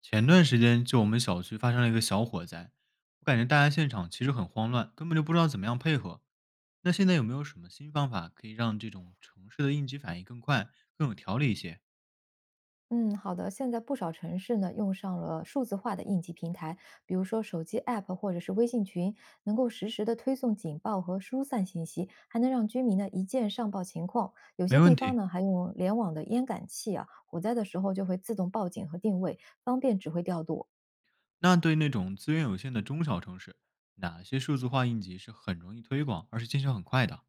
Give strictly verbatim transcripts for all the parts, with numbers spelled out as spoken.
前段时间就我们小区发生了一个小火灾，我感觉大家现场其实很慌乱，根本就不知道怎么样配合。那现在有没有什么新方法可以让这种城市的应急反应更快、更有条理一些？嗯，好的。现在不少城市呢，用上了数字化的应急平台，比如说手机 A P P 或者是微信群，能够实时的推送警报和疏散信息，还能让居民呢一键上报情况。有没些地问方题。呢，还用联网的烟感器啊，火灾的时候就会自动报警和定位，方便指挥调度。那对那种资源有限的中小城市，哪些数字化应急是很容易推广，而且见效很快的？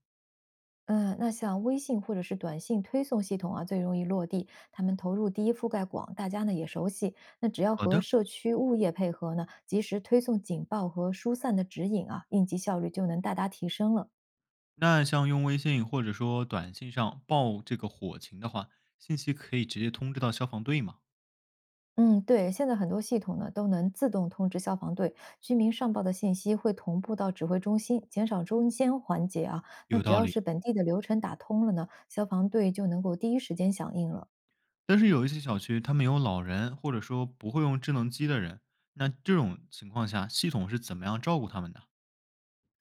嗯，那像微信或者是短信推送系统啊，最容易落地。他们投入低、覆盖广，大家呢也熟悉。那只要好和的，社区物业配合呢，及时推送警报和疏散的指引啊，应急效率就能大大提升了。那像用微信或者说短信上报这个火情的话，信息可以直接通知到消防队吗？嗯，对，现在很多系统呢都能自动通知消防队，居民上报的信息会同步到指挥中心，减少中间环节啊。那有只道要理。是本地的流程打通了呢，消防队就能够第一时间响应了。但是有一些小区他们有老人，或者说不会用智能机的人，那这种情况下，系统是怎么样照顾他们的？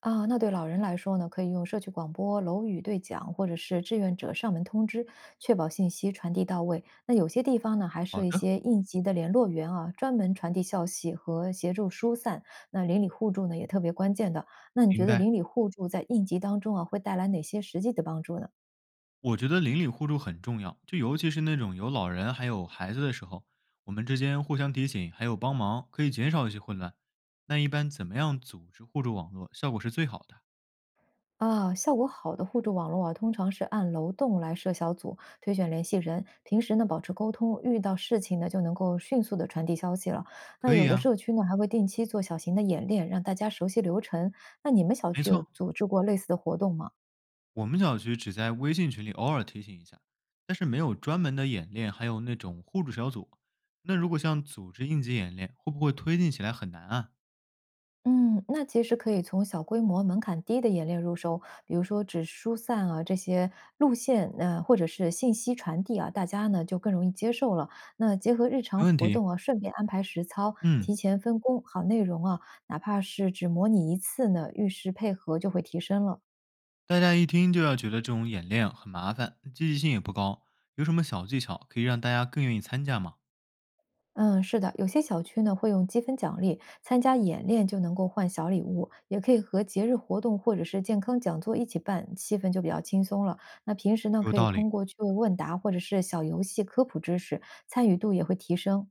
啊，那对老人来说呢，可以用社区广播、楼宇对讲，或者是志愿者上门通知，确保信息传递到位。那有些地方呢，还设好一的，些应急的联络员啊，专门传递消息和协助疏散。那邻里互助呢，也特别关键的。那你觉明得白。邻里互助在应急当中啊，会带来哪些实际的帮助呢？我觉得邻里互助很重要，就尤其是那种有老人还有孩子的时候，我们之间互相提醒还有帮忙，可以减少一些混乱。那一般怎么样组织互助网络，效果是最好的？啊，效果好的互助网络啊，通常是按楼栋来设小组，推选联系人，平时呢保持沟通，遇到事情呢就能够迅速的传递消息了。那可以有的啊，社区呢还会定期做小型的演练，让大家熟悉流程。那你们小没区有错。组织过类似的活动吗？我们小区只在微信群里偶尔提醒一下，但是没有专门的演练，还有那种互助小组。那如果像组织应急演练，会不会推进起来很难啊？嗯，那其实可以从小规模、门槛低的演练入手，比如说只疏散啊这些路线，呃，或者是信息传递啊，大家呢就更容易接受了。那结合日没常问活题。动啊，顺便安排实操，嗯，提前分工好内容啊，哪怕是只模拟一次呢，遇事配合就会提升了。大家一听就要觉得这种演练很麻烦，积极性也不高。有什么小技巧可以让大家更愿意参加吗？嗯，是的，有些小区呢会用积分奖励，参加演练就能够换小礼物，也可以和节日活动或者是健康讲座一起办，气氛就比较轻松了。那平时呢，有可以道理，通过趣味问答或者是小游戏科普知识，参与度也会提升。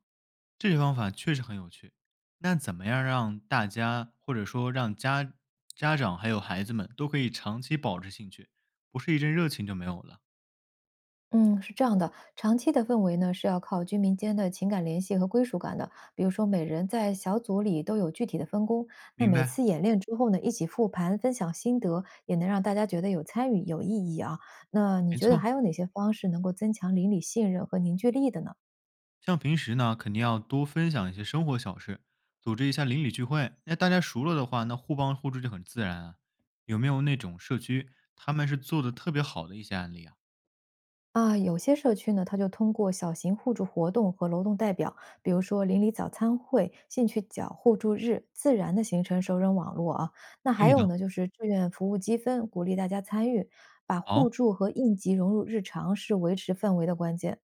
这些方法确实很有趣。那怎么样让大家，或者说让家家长还有孩子们都可以长期保持兴趣，不是一阵热情就没有了？嗯，是这样的，长期的氛围呢是要靠居民间的情感联系和归属感的。比如说，每人在小组里都有具体的分工，那明每白，次演练之后呢，一起复盘、分享心得，也能让大家觉得有参与、有意义啊。那你没觉得错。还有哪些方式能够增强邻里信任和凝聚力的呢？像平时呢，肯定要多分享一些生活小事，组织一下邻里聚会。那大家熟了的话，那互帮互助就很自然啊。有没有那种社区他们是做的特别好的一些案例啊？啊，有些社区呢，它就通过小型互助活动和劳动代表，比如说邻里早餐会、兴趣角互助日，自然的形成熟人网络啊。那可还以的。有呢，就是志愿服务积分，鼓励大家参与，把哦，互助和应急融入日常，是维持氛围的关键。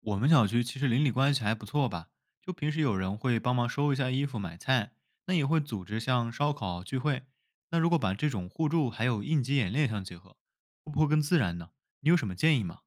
我们小区其实邻里关系还不错吧？就平时有人会帮忙收一下衣服、买菜，那也会组织像烧烤聚会。那如果把这种互助还有应急演练相结合，会不会更自然呢？你有什么建议吗？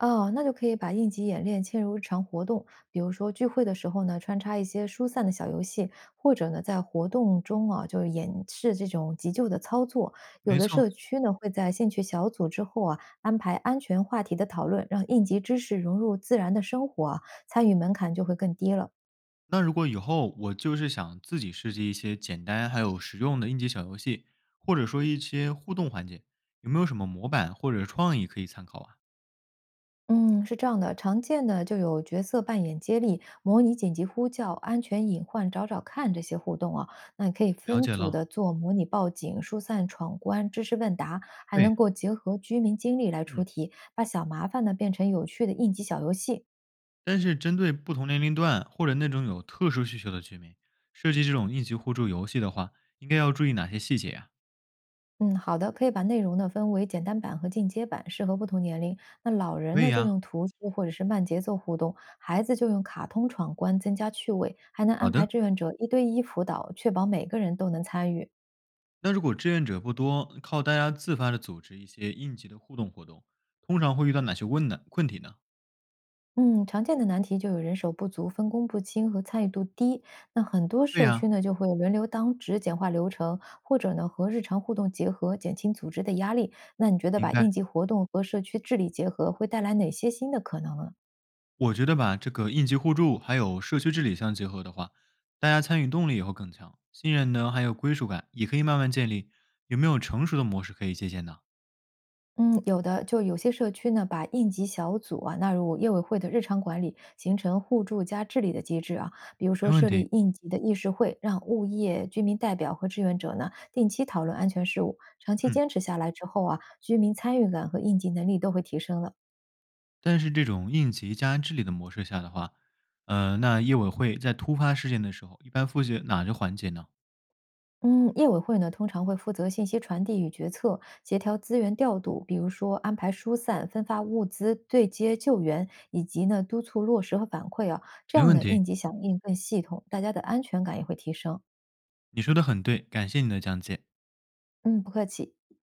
哦，那就可以把应急演练嵌入日常活动，比如说聚会的时候呢，穿插一些疏散的小游戏，或者呢，在活动中啊，就演示这种急救的操作。有没的错，社区呢，会在兴趣小组之后啊，安排安全话题的讨论，让应急知识融入自然的生活啊，参与门槛就会更低了。那如果以后我就是想自己设计一些简单还有实用的应急小游戏，或者说一些互动环节，有没有什么模板或者创意可以参考啊？嗯，是这样的，常见的就有角色扮演接力、模拟紧急呼叫、安全隐患找找看这些互动啊。那你可以了分解组了，的做模拟报警、疏散闯关、知识问答，还对，能够结合居民经历来出嗯，题，把小麻烦呢变成有趣的应急小游戏。但是针对不同年龄段或者那种有特殊需求的居民，设计这种应急互助游戏的话，应该要注意哪些细节呀、嗯，好的，可以把内容呢分为简单版和进阶版，适合不同年龄。那老人可以呢就呀、用图书或者是慢节奏互动，孩子就用卡通闯关增加趣味，还能好安排的。志愿者一对一辅导，确保每个人都能参与。那如果志愿者不多，靠大家自发的组织一些应急的互动活动，通常会遇到哪些问难困题呢？嗯，常见的难题就有人手不足、分工不清和参与度低。那很多对社区呀、呢就会轮流当值，简化流程，或者呢和日常互动结合，减轻组织的压力。那你觉得明把白。应急活动和社区治理结合，会带来哪些新的可能呢？我觉得吧，这个应急互助还有社区治理相结合的话，大家参与动力也会更强，信任呢还有归属感也可以慢慢建立。有没有成熟的模式可以借鉴呢？嗯，有的，就有些社区呢，把应急小组啊纳入业委会的日常管理，形成互助加治理的机制啊。比如说没问设题。立应急的议事会，让物业居民代表和志愿者呢定期讨论安全事务。长期嗯，坚持下来之后啊，居民参与感和应急能力都会提升了。但是这种应急加治理的模式下的话，呃，那业委会在突发事件的时候，一般负责哪个环节呢？嗯，业委会呢通常会负责信息传递与决策，协调资源调度，比如说安排疏散、分发物资、对接救援，以及呢督促落实和反馈啊。这没样问呢，题，应急响应更系统，大家的安全感也会提升。你说的很对，感谢你的讲解。嗯，不客气。